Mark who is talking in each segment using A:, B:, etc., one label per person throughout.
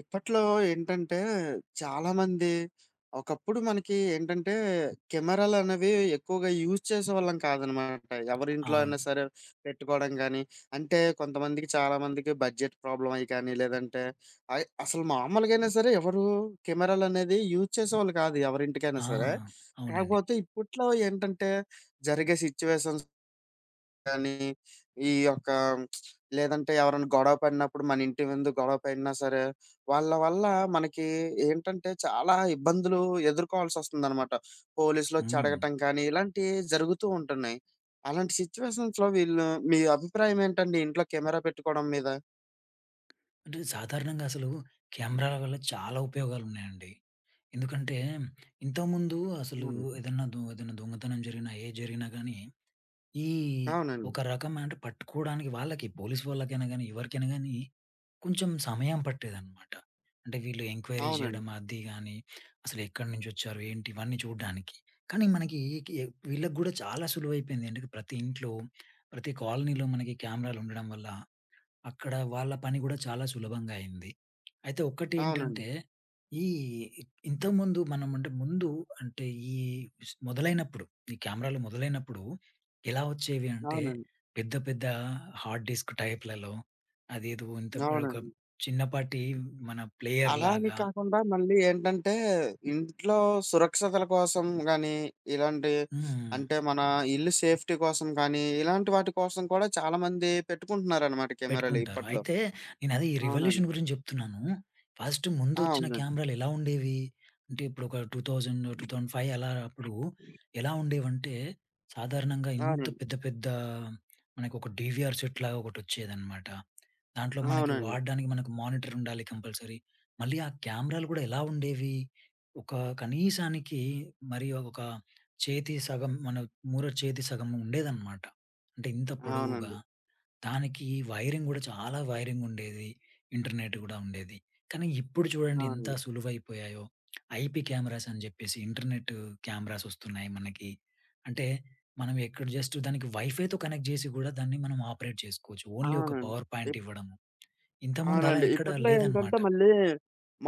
A: ఇప్పట్లో ఏంటంటే చాలామంది ఒకప్పుడు మనకి ఏంటంటే కెమెరాలనేవి ఎక్కువగా యూజ్ చేసేవాళ్ళం కాదనమాట. ఎవరింట్లో
B: అవును.
A: అయినా సరే పెట్టుకోవడం గానీ, అంటే కొంతమందికి చాలామందికి బడ్జెట్ ప్రాబ్లమ్ అయ్యి కానీ, లేదంటే అసలు మామూలుగైనా సరే ఎవరు కెమెరాలనేది యూజ్ చేసేవాళ్ళు కాదు ఎవరింటికైనా
B: ఆ!
A: సరే.
B: అవునండి.
A: కాకపోతే ఇప్పట్లో ఏంటంటే జరిగే సిట్యుయేషన్స్ కానీ, ఈ యొక్క లేదంటే ఎవరైనా గొడవ పడినప్పుడు మన ఇంటి ముందు గొడవ పడినా సరే, వాళ్ళ వల్ల మనకి ఏంటంటే చాలా ఇబ్బందులు ఎదుర్కోవాల్సొస్తుందనమాట. పోలీసులొచ్చి
B: హ్మ్.
A: అడగటం కానీ, ఇలాంటియి జరుగుతూ ఉంటున్నాయి. అలాంటి సిట్యుయేషన్స్‌లో వీళ్ళు మీ అభిప్రాయం ఏంటండి ఇంట్లో కెమెరా పెట్టుకోవడం మీద?
B: అంటే సాధారణంగా అసలు కెమెరాల వల్ల చాలా ఉపయోగాలున్నాయండి. ఎందుకంటే ఇంతకుముందు అసలు
A: అవును.
B: ఏదన్నా దొంగతనం జరిగినా, ఏది జరిగినా గానీ ఈ
A: అవునండి.
B: ఒక రకం అంటే పట్టుకోడానికి వాళ్ళకి పోలీస్ వాళ్ళకైనా గానీ, ఎవరికైనా గానీ కొంచెం సమయం పట్టేదన్నమాట. అంటే వీళ్ళు ఎంక్వైరీ చేయడం
A: అవునండి.
B: అది గానీ, అసలెక్కడి నుంచొచ్చారు, ఏంటి ఇవన్నీ చూడ్డానికి. కానీ మనకి కి వీళ్ళకి గూడా చాలా సులువైపోయింది. ఎందుకు ప్రతి ఇంట్లో, ప్రతి కాలనీలో మనకి కెమెరాలుండడం వల్ల అక్కడ వాళ్ళ పని గూడా చాలా సులభంగా అయింది. అయితే ఒక్కటేంటంటే,
A: అవునండి.
B: ఈ ఇంతకుముందు మనం అంటే ముందు అంటే ఈ స్ మొదలైనప్పుడు, ఈ కెమెరాలు మొదలైనప్పుడు ఎలా వచ్చేవి అంటే,
A: అవునండి.
B: పెద్ద పెద్ద హార్డ్ డిస్క్ టైప్‌లలో అదేదో ఇంత ఒక
A: అవునండి.
B: చిన్నపాటి మన ప్లేయర్
A: అలా అని
B: లాగా
A: కాకుండా మళ్ళీ ఏంటంటే, ఇంట్లో సురక్షతల కోసం గానీ, ఇలాంటి
B: హ్మ్.
A: అంటే మన ఇల్లు సేఫ్టీ కోసం కానీ, ఇలాంటి వాటి కోసం కూడా చాలామంది పెట్టుకుంటున్నారనమాట కెమెరాలు
B: పెట్టుకుంటారు.
A: ఇప్పట్లో.
B: అయితే నేనదే ఈ
A: అవునండి.
B: రివల్యూషన్ గురించి జెప్తున్నాను. ఫస్ట్
A: ఆ!
B: ముందొచ్చిన
A: అవునండి.
B: కెమెరాలు ఎలా ఉండేవి? అంటే ఇప్పుడొక 2000, 2005 అలా అప్పుడు ఎలా ఉండేవంటే, సాధారణంగా ఇంత
A: అవునండి.
B: పెద్ద పెద్ద మనకొక డీవీఆర్ సెట్‌లాగా ఒకటొచ్చేదనమాట. దాంట్లో మనకి
A: అవునండి.
B: వాడడానికి మనకు మానిటర్ ఉండాలి కంపల్సరీ. మళ్ళీ ఆ కెమెరాలు గూడా ఎలా ఉండేవి? ఒక కనీసానికి మరి ఒక చేతి సగం మన మూరో చేతి సగం ఉండేదనమాట. అంటే ఇంత పొడవుగా.
A: అవునండి.
B: దానికి వైరింగ్ గూడా చాలా వైరింగుండేది. ఇంటర్నెట్ గూడా ఉండేది. కానీ ఇప్పుడు చూడండి ఎంత
A: అవునండి.
B: సులువైపోయాయో. ఐపీ కెమెరాస్ అని జెప్పేసి ఇంటర్నెట్ కెమెరాస్ ఒస్తున్నాయి మనకి. అంటే మనం ఎక్కడ జస్ట్ దానికి వైఫైతో కనెక్ట్ జేసి గూడా దాన్ని మనం ఆపరేట్ చేసుకోవచ్చు. ఓన్లీ ఒక
A: అవునండి.
B: పవర్ పాయింట్
A: ఇప్
B: ఇవ్వడము. ఇంతకుముందు అలా
A: అవునండి.
B: ఎక్కడ
A: ఇప్పట్లో ఏంటంటే,
B: లేదనమాట.
A: మళ్ళీ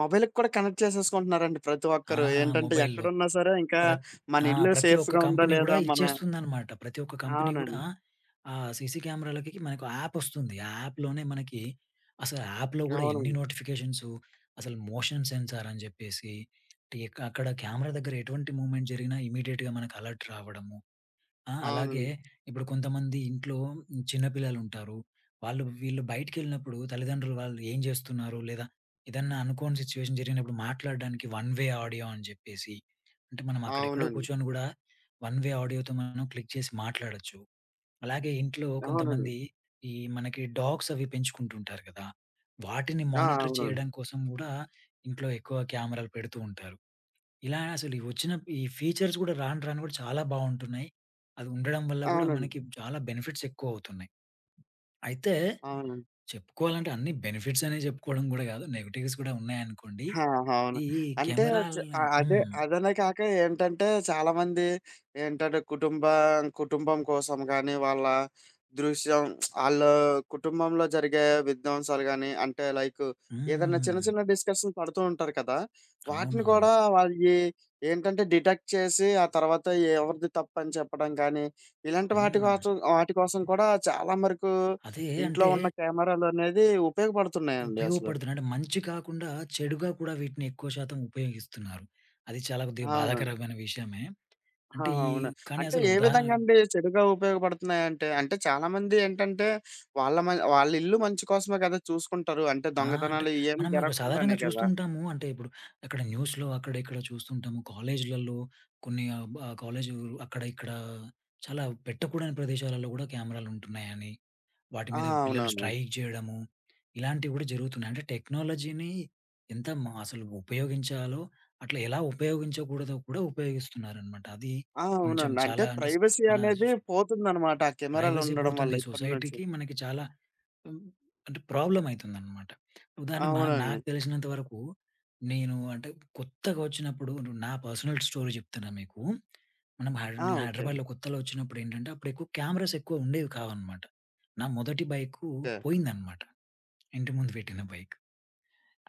A: మొబైల్‌కి కూడా కనెక్ట్ చేసేసుకుంటున్నారండి ప్రతి
B: ఆ!
A: ఒక్కరు. ఏంటంటే,
B: మొబైల్‌లో.
A: ఎక్కడున్నా సరే ఇంకా
B: ప్రత్
A: మన
B: ఆ!
A: ఇల్లు
B: ప్రతి ఒక్క
A: సేఫ్‌గా ఉందా
B: కంపెనీ గూడా
A: లేదా మన
B: ఇచ్చేస్తుందనమాట. ప్రతి ఒక్క కంపెనీ గూడా
A: అవునండి.
B: ఆహ్, సీసీ కెమెరాలకి మనకు యాప్ ఒస్తుంది. ఆ యాప్‌లోనే మనకి అసలు యాప్‌లో గూడా ఎన్ని
A: అవునండి.
B: నోటిఫికేషన్సు అసలు మోషన్ సెన్సార్ అని జెప్పేసి టి అక్కడ కెమెరా దగ్గర ఎటువంటి మూవ్‌మెంట్ జరిగినా ఇమ్మీడియేట్‌గా మనకు అలర్ట్ రావడము. ఆ! అలాగే
A: అవునండి.
B: ఇప్పుడు కొంతమంది ఇంట్లో చిన్న పిల్లలుంటారు. వీళ్ళు బయటికెళ్ళినప్పుడు తల్లిదండ్రులు వాళ్ళు ఏం జేస్తున్నారు? లేదా ఏదన్నా అనుకోని సిచ్యుయేషన్ జరిగినప్పుడు మాట్లాడడానికి వన్ వే ఆడియో అని జెప్పేసి, అంటే మనం అక్కడెక్కడో
A: అవునండి.
B: కూర్చొని గూడా వన్ వే ఆడియోతో మనం క్లిక్ చేసి మాట్లాడొచ్చు. అలాగే ఇంట్లో
A: అవునండి.
B: కొంతమంది ఈ మనకి డాగ్స్ అవి పెంచుకుంటుంటారు గదా! వాటిని
A: ఆ!
B: మానిటర్
A: అవునండి.
B: చేయడం కోసం గూడా ఇంట్లో ఎక్కువ కెమెరాలు పెడుతూ ఉంటారు. ఇలా అసలు ఈ వచ్చిన ఈ ఫీచర్స్ కూడా రాను రాను కూడా చాలా బావుంటున్నాయి. అది ఉండడం వల్ల గూడా
A: అవునండి.
B: మనకి చాలా బెనిఫిట్స్ ఎక్కువవుతున్నాయి. అయితే
A: అవునండి.
B: చెప్పుకోవాలంటే అన్ని బెనిఫిట్స్ అనే చెప్పుకోవడం గూడా గాదు. నెగెటివ్స్ గూడా ఉన్నాయనుకోండి.
A: ఆ! అవును.
B: ఈ ఈ
A: అంటే
B: కెమెరాలు
A: అదే
B: హ్మ్.
A: అదనే కాక ఏంటంటే చాలామంది ఏంటంటే కుటుంబం కోసం గాని, వాళ్ళ దృశ్యం ఆళ్ళ కుటుంబంలో జరిగే విధ్వంసాలు గాని, అంటే లైక్ ఏదన్నా చిన్న
B: హ్మ్.
A: చిన్న డిస్కషన్ పడుతూ ఉంటారు కదా! వాటిని
B: అవునవును.
A: కూడా వాళ్ళయి ఏంటంటే డిటెక్ట్ చేసి, ఆ తర్వాత ఎవరిది తప్పని చెప్పడం కానీ, ఇలాంటి వాటి
B: హ్మ్.
A: కోసం వాటి కోసం కూడా చాలా మరకు
B: అదే
A: ఇంట్లో
B: అంటే
A: ఉన్న కెమెరాలనేది ఉపయోగపడుతున్నాయండి అసలు.
B: ఉపయోగపడుతున్నాయి. అంటే మంచి కాకుండా చెడుగా కూడా వీటిని ఎక్కువ శాతం ఉపయోగిస్తున్నారు. అది చాలా కొద్దిగా
A: అవునండి.
B: బాధాకరమైన విషయమే.
A: ఆ!
B: అంటే ఈ
A: అవును.
B: కానీ
A: అంటే
B: అసలు
A: ఏ
B: ఉదా
A: విధంగా అండి చెడుగా ఉపయోగపడుతున్నాయంటే? అంటే చాలామంది ఏంటంటే వాళ్ళ ఇల్లు మంచి కోసమే కదా చూసుకుంటారు. అంటే
B: ఆ! అంటే
A: దొంగతనాలు ఇయేమి
B: మనం ఇక సాధారణంగా
A: జరగకుండానే
B: చూస్తూ
A: కదా!
B: ఉంటాము. అంటే ఇప్పుడు అక్కడ న్యూస్‌లో అక్కడ ఇక్కడ చూస్తుంటాము. కాలేజీలలో కొన్ని ఆహ్, బ కాలేజు అక్కడ ఇక్కడ చాలా పెట్టకూడని ప్రదేశాలలో కూడా కెమెరాలు ఉంటున్నాయని, వాటి
A: ఆ!
B: మీద పిల్లలు
A: అవునవును.
B: స్ట్రైక్ చేయడము, ఇలాంటివి కూడా జరుగుతున్నాయి. అంటే టెక్నాలజీని ఎంత మ అసలు ఉపయోగించాలో, అట్లా ఎలా ఉపయోగించకూడదో కూడా ఉపయోగిస్తున్నారనమాట. అది
A: ఆ!
B: కొంచెం
A: అవునండి. అంటే
B: చాలా అంటే స్
A: ప్రైవసీ
B: మన
A: అనేది పోతుందనమాట. ఆ కెమెరాలు
B: ప్రైవసీ
A: ఉండడం వల్ల
B: పోతుంది.
A: ఇప్పటి నుంచి.
B: సొసైటీకి మనకి చాలా హ్మ్. అంటే ప్రాబ్లమ్ అయితుందనమాట. ఉదాహరణ మా
A: అవునండి.
B: నాకు తెలిసినంత వరకు నేను అంటే కొత్తగా వచ్చినప్పుడు నా పర్సనల్ స్టోరీ చెప్తున్నా మీకు. మనం హైడ్
A: ఆ!
B: నేను
A: ఓకే.
B: హైదరాబాద్‌లో కొత్తలో వచ్చినప్పుడు ఏంటంటే అప్పుడు ఎక్కువ ఉండేవి కావనమాట. నా మొదటి బైకు
A: ఓకే.
B: పోయిందనమాట. ఇంటి ముందు పెట్టిన బైక్.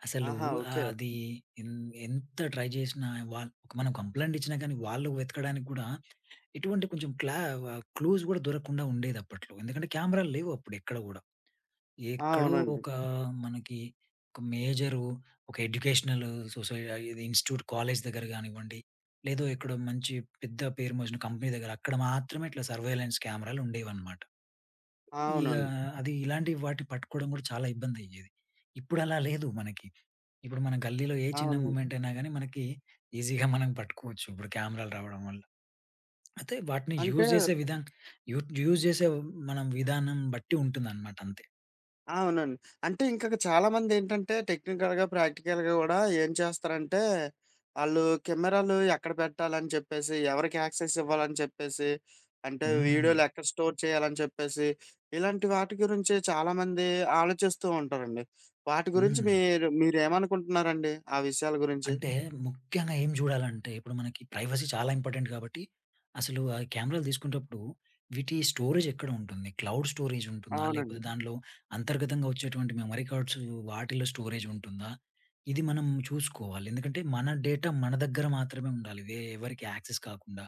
B: అసలు
A: ఆహా! ఓకే.
B: అది ఎన్ ఎంత ట్రై చేసినా వాళ్ మనం కంప్లెయింట్ ఇచ్చినా కానీ వాళ్ళు వెతకడానికి కూడా ఎటువంటి కొంచెం క్లా ఆహ్, క్లూస్ కూడా దొరకకుండా ఉండేదప్పట్లో. ఎందుకంటే కెమెరాలు లేవు అప్పుడు ఎక్కడ కూడా.
A: ఆ!
B: ఎక్కడో
A: అవునండి.
B: ఒక మనకి ఒక మేజరు ఒక ఎడ్యుకేషనల్ సొసై ఇది ఇన్‌స్టిట్యూట్ కాలేజ్ దగ్గర గానివ్వండి, లేదో ఎక్కడో మంచి పెద్ద పేరు మోసిన కంపెనీ దగ్గర అక్కడ మాత్రమే ఇట్లా సర్వేలెన్స్ కెమెరాలు ఉండేవన్నమాట.
A: ఆ,
B: ఇగ
A: అవునండి.
B: అది ఇలాంటి వాటిని పట్టుకోవడం కూడా చాలా ఇబ్బందయ్యేది. ఇప్పుడు అలా లేదు మనకి. ఇప్పుడు మన గల్లీలో ఏ చిన్న
A: అవును.
B: మూవ్‌మెంట్ అయినా గాని మనకి ఈజీగా మనం పట్టుకోవచ్చు. ఇప్పుడు కెమెరాలు రావడం వల్ల. అయితే వాటిని
A: అంటే
B: యూ యూజ్ చేసే మనం విధానం బట్టి ఉంటుందన్నమాట అంతే.
A: అవునండి. అంటే ఇంకక చాలామందేంటంటే టెక్నికల్‌గా, ప్రాక్టికల్‌గా గూడా ఏం చేస్తారంటే, ఆళ్ళు కెమెరాలు ఎక్కడ పెట్టాలని చెప్పేసి, ఎవరికి యాక్సెస్ ఇవ్వాలని చెప్పేసి, అంటే
B: హ్మ్.
A: వీడియోలు ఎక్కడ స్టోర్ చేయాలని చెప్పేసి, ఇలాంటి వాటి గురించి చాలామంది ఆలోచిస్తూ ఉంటారండి. వాటి గురించి
B: హ్మ్.
A: మీరు మీరేమనుకుంటున్నారండి? ఆ విషయాల గురించి?
B: అంటే ముఖ్యంగా ఏం జూడాలంటే, ఇప్పుడు మనకి ప్రైవసీ చాలా ఇంపార్టెంట్ గాబట్టి, అసలు ఆ కెమెరాలు తీసుకునేటప్పుడు వీటి స్టోరేజ్ ఎక్కడ ఉంటుంది? క్లౌడ్ స్టోరేజ్ ఉంటుందా? లేకపోతే
A: అవునండి.
B: దాంట్లో అంతర్గతంగా వచ్చేటువంటి మెమరీ కార్డ్స్ వాటిల్లో స్టోరేజ్ ఉంటుందా? ఇది మనం చూసుకోవాలి. ఎందుకంటే మన డేటా మన దగ్గర మాత్రమే ఉండాలి. ఎవరికీ యాక్సెస్ కాకుండా.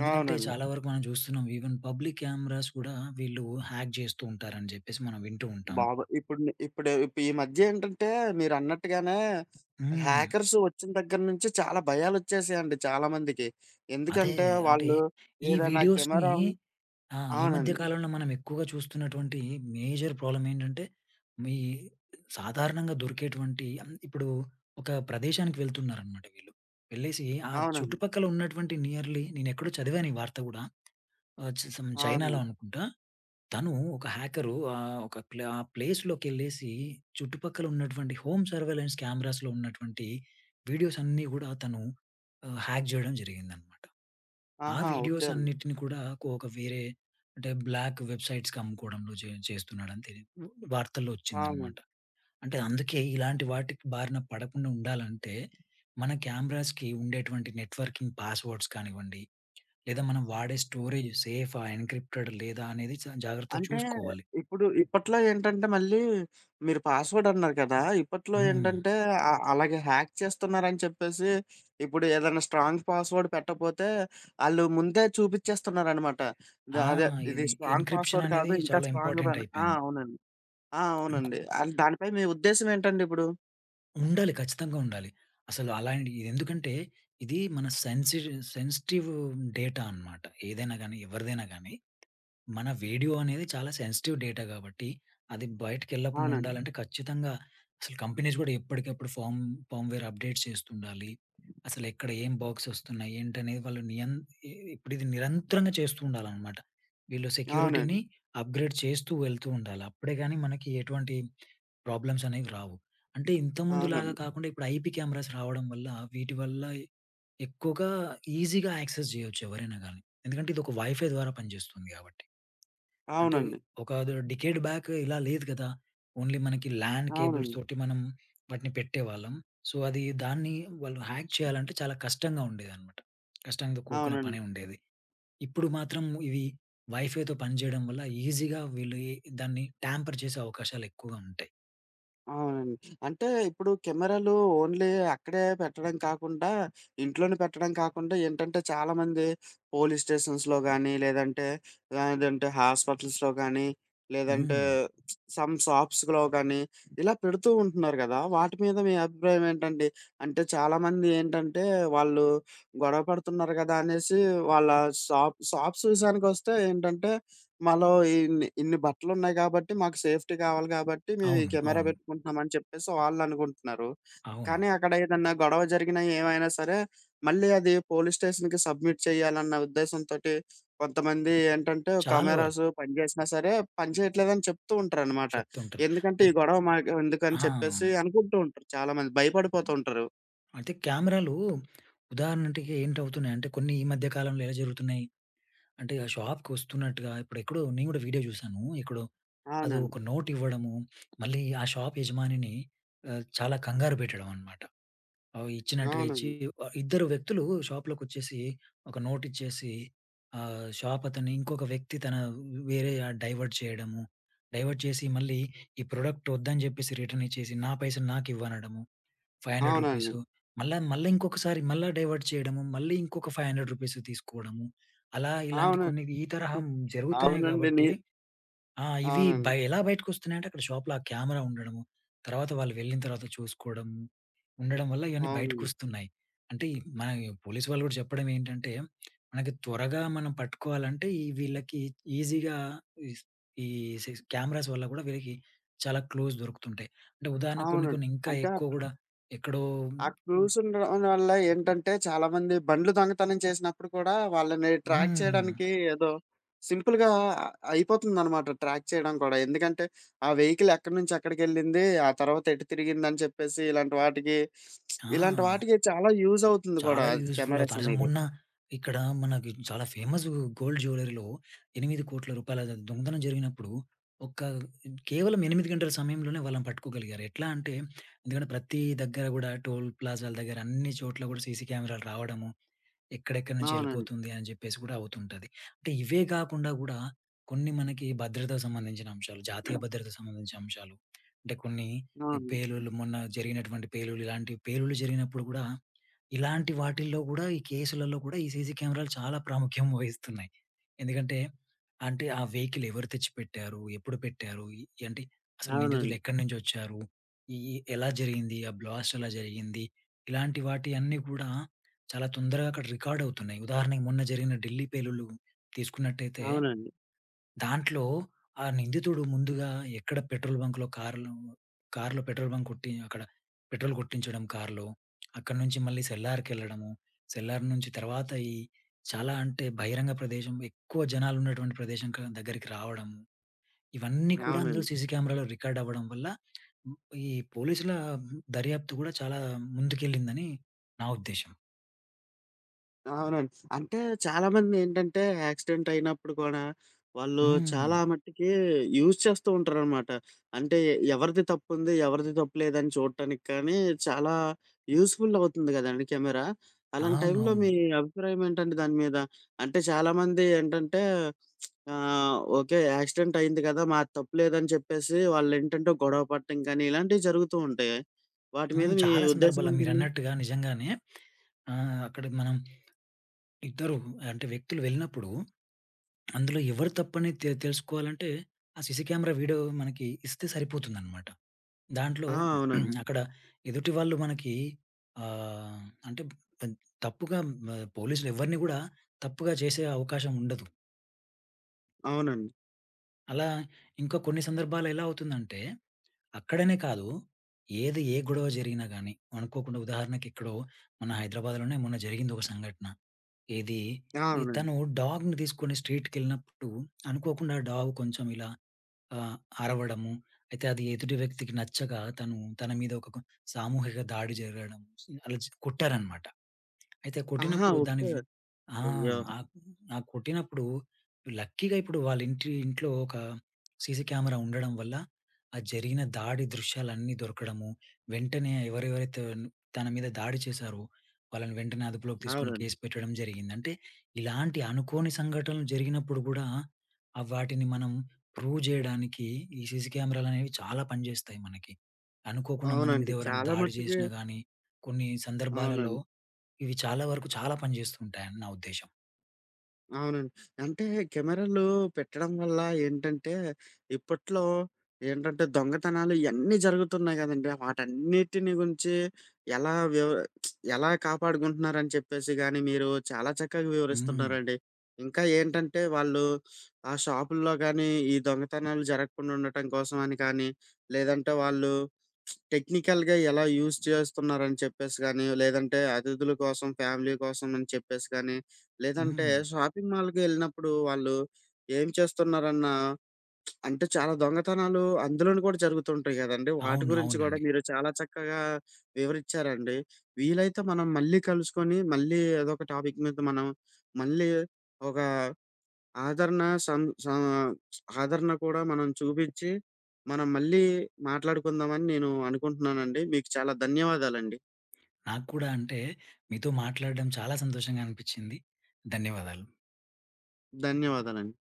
B: ఎందుకంటే
A: అవునండి.
B: చాలా అవును. వరకు మనం చూస్తున్నాం ఈవెన్ పబ్లిక్ కెమెరాస్ కూడా వీళ్ళు హ్యాక్ జేస్తూ ఉంటారని జెప్పేసి మనం వింటూ ఉంటాం.
A: బాబు ఇప్పుడు ని ఇప్పుడు ఇప్పు- ఈ మధ్య ఏంటంటే మీరన్నట్టుగానే
B: హ్మ్.
A: హ్యాకర్స్ వచ్చిన దగ్గర నుంచి చాలా భయాలొచ్చేసాయండి చాలా మందికి.
B: అదే
A: ఎందుకంటే
B: అంటే
A: వాళ్ళు
B: ఈ
A: ఏదైనా
B: వీడియోస్‌ని
A: కెమెరా
B: ఆ! ఈ మధ్య
A: అవునండి.
B: కాలంలో మనం ఎక్కువగా చూస్తున్నటువంటి మేజర్ ప్రాబ్లమ్ ఏంటంటే, మీ సాధారణంగా దొరికేటువంటి ఇప్పుడు ఒక ప్రదేశానికి వెళ్తున్నారనమాట వీళ్ళు. వెళ్ళేసి ఆ
A: అవునండి.
B: చుట్టుపక్కల ఉన్నటువంటి నేనెక్కడో చదివాను ఈ వార్త గూడా. ఆహ్, సమ్ చైనాలో
A: అవునండి.
B: అనుకుంటా. తను ఒక హ్యాకరు ఆహ్, ఒక ప్లే ఆ ప్లేస్‌లోకెళ్ళేసి చుట్టుపక్కల ఉన్నటువంటి హోమ్ సర్వేలెన్స్ కెమెరాస్‌లో ఉన్నటువంటి వీడియోస్ అన్నీ గూడా తను ఆహ్, హ్యాక్ జేయడం జరిగిందనమాట. ఆ
A: ఆహా! ఓకే
B: వీడియోస్
A: అండి.
B: అన్నిటిని కూడా ఒక వేరే అంటే బ్లాక్ వెబ్‌సైట్స్‌కి అమ్ముకోవడంలో చేస్తున్నాడని వార్తల్లో
A: అవును.
B: వచ్చిందనమాట. అంటే అందుకే ఇలాంటి వాటికి బారిన పడకుండా ఉండాలంటే, మన కెమెరాస్‌కి ఉండేటువంటి నెట్వర్కింగ్ పాస్‌వర్డ్స్ కానివ్వండి, లేదా మనం వాడే స్టోరేజ్ సేఫా, ఎన్‌క్రిప్టెడ్ లేదా అనేది జాగ్రత్తగా
A: అంటే
B: చూసుకోవాలి.
A: ఇప్పుడు ఇప్పట్లో ఏంటంటే మళ్ళీ మీరు పాస్‌వర్డ్ అన్నారు కదా! ఇప్పట్లో
B: హ్మ్.
A: ఏంటంటే అలాగే హ్యాక్ చేస్తున్నారని చెప్పేసి ఇప్పుడు ఏదైనా స్ట్రాంగ్ పాస్‌వర్డ్ పెట్టకపోతే ఆళ్ళు ముందే చూపిచ్చేస్తున్నారనమాట.
B: ఆ!
A: అదే ఇది
B: ఇది
A: స్ట్రాంగ్
B: ఎన్‌క్రిప్షన్
A: పాస్‌వర్డ్
B: అనేది
A: కాదు ఇంకా
B: చాలా
A: స్ట్రాంగ్
B: ఇంపార్టెంట్
A: పని ఆ!
B: అయిపోయింది.
A: అవునండి. ఆ!
B: ఇంకొ
A: అవునండి. అది దానిపై మీ ఉద్దేశ్యం ఏంటండి ఇప్పుడు?
B: ఉండాలి. ఖచ్చితంగా ఉండాలి. అసలు అలాంటి ఇది ఎందుకంటే ఇది మన సెన్సిటివ్ డేటా అన్నమాట. ఏదైనా గాని, ఎవరిదైనా గాని, మన వీడియో అనేది చాలా సెన్సిటివ్ డేటా కాబట్టి, అది బయటికెళ్ళకుండా
A: అవునండి.
B: ఉండాలంటే ఖచ్చితంగా అసలు కంపెనీస్ గూడా ఎప్పటికప్పుడు ఫర్మ్‌వేర్ అప్డేట్ చేస్తుండాలి. అసలు ఎక్కడ ఏం బగ్స్ వస్తున్నాయి? ఏంటనేది వాళ్ళు నియం ఇ ఇప్పుడు ఇది నిరంతరంగా చేస్తూ ఉండాలన్నమాట. వీళ్ళు
A: అవునండి.
B: సెక్యూరిటీని అప్‌గ్రేడ్ చేస్తూ వెళ్తూ ఉండాలి. అప్పుడే గాని మనకి ఎటువంటి ప్రాబ్లమ్స్ అనేవి రావు. అంటే ఇంతకుముందులాగా
A: అవునండి.
B: కాకుండా ఇప్పుడు ఐపీ కెమెరాస్ రావడం వల్ల వీటి వల్ల ఎక్కువగా ఈజీగా యాక్సెస్ చేయొచ్చు ఎవరైనా గానీ. ఎందుకంటే ఇదొక వైఫై ద్వారా పనిచేస్తుంది కాబట్టి. అంటే
A: అవునండి.
B: ఒక ద డికేడ్ బ్యాక్ ఇలా లేదు కదా! ఓన్లీ మనకి ల్యాన్ కేబుల్స్
A: అవునండి.
B: తోటి మనం వాటిని పెట్టేవాళ్ళం. సో, దాన్ని వాళ్ళు హ్యాక్ చేయాలంటే చాలా కష్టంగా ఉండేదన్నమాట. కష్టంతో
A: అవునండి.
B: కూడుకున్న
A: అవునండి.
B: పనే ఉండేది. ఇప్పుడు మాత్రం ఇవి వైఫైతో పనిచేయడం వల్ల ఈజీగా వీళ్ళు ఈ దాన్ని ట్యాంపర్ చేసే అవకాశాలు ఎక్కువగా ఉంటాయి.
A: అవునండి. అంటే ఇప్పుడు కెమెరాలు ఓన్లీ అక్కడే పెట్టడం కాకుండా, ఇంట్లోనే పెట్టడం కాకుండా ఏంటంటే చాలామంది పోలీస్ స్టేషన్స్‌లో గానీ, లేదంటే లేదంటే హాస్పిటల్స్‌లో గానీ, లేదంటే
B: హ్మ్.
A: సమ్ షాప్స్‌లో గానీ, ఇలా పెడుతూ ఉంటున్నారు గదా! వాటి మీద మీ అభిప్రాయం ఏంటండి? అంటే చాలామంది ఏంటంటే వాళ్ళు గొడవ పడుతున్నారు గదా! అనేసి వాళ్ళ షాప్స్ విషయానికొస్తే ఏంటంటే మాలో ఇన్ని, ఇన్ని బట్టలున్నాయి గాబట్టి, మాకు సేఫ్టీ కావాలి గాబట్టి, మేము ఈ
B: అవును.
A: కెమెరా
B: అవును.
A: పెట్టుకుంటున్నామని చెప్పేసి వాళ్ళనుకుంటున్నారు.
B: అవును.
A: కానీ అక్కడ ఏదన్నా గొడవ జరిగినా, ఏమైనా సరే, మళ్ళీ అది పోలీస్ స్టేషన్‌కి సబ్మిట్ చేయాలన్న ఉద్దేశంతోటి కొంతమంది ఏంటంటే,
B: చాలా వరకు
A: కెమెరాసు పనిజేసినా సరే, పనిచేయట్లేదని చెప్తూ ఉంటారనమాట.
B: చెప్తుంటారు.
A: ఎందుకంటే,
B: అన్
A: ఈ గొడవ మాకు
B: ఆ!
A: ఎందుకని చెప్పేసి అనుకుంటూ ఉంటారు చాలామంది. భయపడిపోతూ ఉంటారు.
B: అయితే కెమెరాలు ఉదాహరణకి ఏంటవుతున్నాయంటే కొన్ని ఈ మధ్య కాలంలో ఎలా జరుగుతున్నాయి అంటే ఆ షాప్‌కొస్తున్నట్టుగా ఇప్పుడెక్కడో నేను గూడా వీడియో జూసాను. ఎక్కడో అదో
A: అవునండి.
B: ఒక నోట్ ఇవ్వడము, మళ్ళీ ఆ షాప్ యజమానిని ఆహ్, చాలా కంగారు పెట్టడం అన్నమాట. అవి ఇచ్చినట్టుగా ఇచ్చి
A: అవునండి.
B: ఆహ్, ఇద్దరు వ్యక్తులు షాప్‌లోకొచ్చేసి ఒక నోట్ ఇచ్చేసి ఆహ్, షాప్ అతను ఇంకొక వ్యక్తి తన వేరే డైవర్ట్ చేయడము. డైవర్ట్ చేసి మళ్ళీ ఈ ప్రొడక్ట్ వద్దని చెప్పేసి రిటర్న్ ఇచ్చేసి నా పైసలు నాకివ్వనడము. రూ.
A: అవునండి.
B: 500 మళ్ళా మళ్ళా ఇంకొకసారి మళ్ళా డైవర్ట్ చేయడము. మళ్ళీ ఇంకొక రూ. 500 తీసుకోవడము. అలా ఇలాంటి
A: అవును.
B: కొన్ని ఈ తరహా జరుగుతున్నాయి
A: అవునండి. నీ
B: కాబట్టి ఆ! ఇవి బై
A: అవునండి.
B: ఎలా బయటకొస్తున్నాయంటే అక్కడ షాప్‌లో ఆ కెమెరా ఉండడము, తర్వాత వాళ్ళు వెళ్ళిన తర్వాత చూసుకోవడము, ఉండడం వల్ల ఇవన్నీ
A: అవునండి.
B: బయటకొస్తున్నాయి. అంటే ఈ మన పోలీసు వాళ్ళు కూడా చెప్పడం ఏంటంటే, మనకి త్వరగా మనం పట్టుకోవాలంటే ఈ వీళ్ళకి ఈజీగా ఈస్ ఈ సిస్ కెమెరాస్ వల్ల కూడా వీళ్ళకి చాలా క్లూస్ దొరుకుతుంటాయి. అంటే ఉదాహరణకు కొన్ని
A: అవునండి.
B: కొన్ని ఇంకా
A: అంటే ఆ
B: ఎక్కువ కూడా ఎక్కడో
A: ఆ క్లూస్ ఉండడం వల్ల ఏంటంటే చాలామంది బండ్లు దొంగతనం చేసినప్పుడు కూడా వాళ్ళని ట్రాక్
B: హ్మ్.
A: చేయడానికి ఏదో సింపుల్‌గా అయిపోతుందనమాట ట్రాక్ చేయడం కూడా. ఎందుకంటే ఆ వెహికల్ ఎక్కడి నుంచి ఎక్కడికెళ్ళింది, ఆ తర్వాత ఎటు తిరిగిందని చెప్పేసి ఇలాంటి వాటికి
B: ఆ!
A: ఇలాంటి వాటికి చాలా యూజ్ అవుతుంది కూడా
B: చాలా యూజ్‌ఫుల్
A: కెమెరాస్
B: అవుతాయి. అసలు
A: అనేవి.
B: మొన్న ఇక్కడ మనకి చాలా ఫేమస్ గోల్డ్ జ్యువెల్లరీలో 8,00,00,00,000 దొంగతనం జరిగినప్పుడు ఒక కేవలం 8 గంటల సమయంలోనే వాళ్ళని పట్టుకోగలిగారు. ఎట్లా అంటే ఎందుకంటే ప్రతి దగ్గర గూడా టోల్ ప్లాజాల దగ్గర అన్ని చోట్ల గూడా సీసీ కెమెరాలు రావడము, ఎక్కడెక్కడి నుంచి
A: అవునండి.
B: ఎళ్ళిపోతుంది అని జెప్పేసి గూడా అవుతుంటది. అంటే ఇవే గాకుండా గూడా కొన్ని మనకి భద్రతకు సంబంధించిన అంశాలు, జాతీయ భద్రతకు సంబంధించిన అంశాలు. అంటే కొన్ని
A: అవును.
B: పేలుళ్లు మొన్న జరిగినటువంటి పేలుళ్లు ఇలాంటి పేలుళ్లు జరిగినప్పుడు గూడా ఇలాంటి వాటిల్లో గూడా ఈ కేసులలో గూడా ఈ సీసీ కెమెరాలు చాలా ప్రాముఖ్యం వహిస్తున్నాయి. ఎందుకంటే అంటే ఆ వెహికల్ ఎవరు తెచ్చిపెట్టారు? ఎప్పుడు పెట్టారు? అంటే అసలు నిందితులు
A: అవునండి.
B: ఎక్కడి నుంచొచ్చారు? ఈ ఈ ఎలా జరిగింది? ఆ బ్లాస్ట్ ఎలా జరిగింది? ఇలాంటి వాటి అన్నీ కూడా చాలా తొందరగా అక్కడ రికార్డ్ అవుతున్నాయి. ఉదాహరణకి మొన్న జరిగిన ఢిల్లీ పేలులు తీసుకున్నట్టయితే,
A: అవునండి.
B: దాంట్లో ఆ నిందితుడు ముందుగా ఎక్కడ పెట్రోల్ బంక్‌లో కార్‌లో కార్‌లో పెట్రోల్ బంక్ కొట్టి అక్కడ పెట్రోల్ కొట్టించడం కార్‌లో. అక్కడి నుంచి మళ్ళీ సెల్లార్‌కెళ్ళడము. సెల్లార్ నుంచి తర్వాత చాలా అంటే బహిరంగ ప్రదేశం, ఎక్కువ జనాలున్నటువంటి ప్రదేశం దగ్గరికి రావడము. ఇవన్నీ కూడా అందులో
A: అవునండి.
B: సీసీ కెమెరాలో రికార్డ్ అవ్వడం వల్ల ఈ పోలీసుల దర్యాప్తు కూడా చాలా ముందుకెళ్ళిందని నా ఉద్దేశ్యం.
A: అవునండి. అంటే చాలామందేంటంటే యాక్సిడెంట్ అయినప్పుడు కూడా వాళ్ళు
B: హ్మ్.
A: చాలా మట్టికి యూజ్ చేస్తూ ఉంటారనమాట. అంటే ఎవరిది తప్పుంది, ఎవరిది తప్పు లేదని చూడటానికి కానీ చాలా యూజ్‌ఫుల్ అవుతుంది గదండీ కెమెరా. అలాంటి టైంలో
B: అవునవును.
A: మీ అభిప్రాయం ఏంటండి దాని మీద? అంటే చాలామంది ఏంటంటే ఆహ్, ఓకే. యాక్సిడెంట్ అయింది కదా! మాది తప్పు లేదని చెప్పేసి వాళ్ళేంటంటే గొడవ పడటం కానీ ఇలాంటివి జరుగుతూ ఉంటాయి. వాటి మీద
B: హ్మ్.
A: మీ
B: చాలా
A: ఉద్దేశం
B: సందర్భాల్లో
A: ఏంటండి?
B: మీరన్నట్టుగా నిజంగానే ఆహ్, అక్కడ మనం ఇద్దరు అంటే వ్యక్తులు వెళ్ళినప్పుడు అందులో ఎవరు తప్పని తెలుసుకోవాలంటే ఆ సీసీ కెమెరా వీడియో మనకి ఇస్తే సరిపోతుందన్నమాట. దాంట్లో
A: ఆ! అవునండి.
B: అక్కడ ఎదుటి వాళ్ళు మనకి ఆహ్, అంటే తన్ తప్పుగా పోలీసులు ఎవరిని గూడా తప్పుగా చేసే అవకాశం ఉండదు.
A: అవునండి.
B: అలా ఇంకా కొన్ని సందర్భాల్లో ఎలా అవుతుందంటే అక్కడనే కాదు. ఏది ఏ గొడవ జరిగినా గాని, అనుకోకుండా ఉదాహరణకి ఎక్కడో మన హైదరాబాద్‌లోనే మొన్న జరిగింది ఒక సంఘటన. ఏది
A: ఆ!
B: ఈ
A: అవునండి.
B: తను డాగ్‌ని తీసుకొని స్ట్రీట్‌కెళ్ళినప్పుడు అనుకోకుండా డాగ్ కొంచెం ఇలా ఆహ్, అరవడము. అయితే అది ఎదుటి వ్యక్తికి నచ్చక తను తన మీద ఒక కొ సామూహిక దాడి జరగడం అలా కొట్టారనమాట. అయితే
A: ఆహా!
B: కొట్టినప్పుడు దాని
A: ఓకే.
B: వ్ ఆ!
A: అయ్యో!
B: ఆ! ఆ కొట్టినప్పుడు లక్కీగా ఇప్పుడు వాళ్ళ ఇంట్లో ఒక సీసీ కెమెరా ఉండడం వల్ల, ఆ జరిగిన దాడి దృశ్యాలన్నీ దొరకడము, వెంటనే ఎవరెవరైతే తన మీద దాడి చేశారో, వాళ్ళని వెంటనే అదుపులోకి తీసుకొని
A: అవునండి.
B: కేసు పెట్టడం జరిగింది. అంటే ఇలాంటి అనుకోని సంఘటనలు జరిగినప్పుడు కూడా, ఆ వాటిని మనం ప్రూవ్ జేయడానికి ఈ సీసీ కెమెరాలనేవి చాలా పనిజేస్తాయి మనకి. అనుకోకుండా మన మీద
A: అవునండి.
B: ఎవరైనా
A: చాలా
B: దాడి
A: మట్టుకి
B: చేసినా గానీ, కొన్ని సందర్భాలలో
A: అవునండి.
B: ఇవి చాలా వరకు చాలా పని చేస్తూ ఉంటాయని నా ఉద్దేశ్యం.
A: అవునండి. అంటే కెమెరాలు పెట్టడం వల్ల ఏంటంటే, ఇప్పట్లో ఏంటంటే దొంగతనాలు ఇయన్నీ జరుగుతున్నాయి గదండీ! వాటన్నిటిని గురించి ఎలా వివ ఎలా కాపాడుకుంటున్నారని చెప్పేసి గాని, మీరు చాలా చక్కగా
B: హ్మ్.
A: వివరిస్తున్నారండి. ఇంకా ఏంటంటే, వాళ్ళు ఆ షాపుల్లో గాని, ఈ దొంగతనాలు జరగకుండా ఉండటం కోసం అని కానీ, లేదంటే వాళ్ళు టెక్నికల్‌గా ఎలా యూజ్ చేస్తున్నారని చెప్పేసి గాని, లేదంటే అతిథుల కోసం, ఫ్యామిలీ కోసం అని చెప్పేసి గాని, లేదంటే
B: హ్మ్.
A: షాపింగ్ మాల్‌కి ఎళ్ళినప్పుడు వాళ్ళు ఏం చేస్తున్నారన్న అంటే చాలా దొంగతనాలు అందులోను కూడా జరుగుతుంటాయి గదండీ! వాటి
B: అవును.
A: గురించి గూడా
B: అవునండి.
A: మీరు చాలా చక్కగా వివరిచ్చారండి. వీలైతే మనం మళ్ళీ కలుసుకొని, మళ్ళీ ఏదో ఒక టాపిక్ మీద మనం మళ్ళీ ఒక ఆదరణ సం సా ఆదరణ కూడా మనం చూపించి, మనం మళ్ళీ మాట్లాడుకుందామని నేను అనుకుంటున్నానండి. మీకు చాలా ధన్యవాదాలండి.
B: నాకు కూడా అంటే మీతో మాట్లాడడం చాలా సంతోషంగా అనిపించింది. ధన్యవాదాలు.
A: ధన్యవాదాలండి.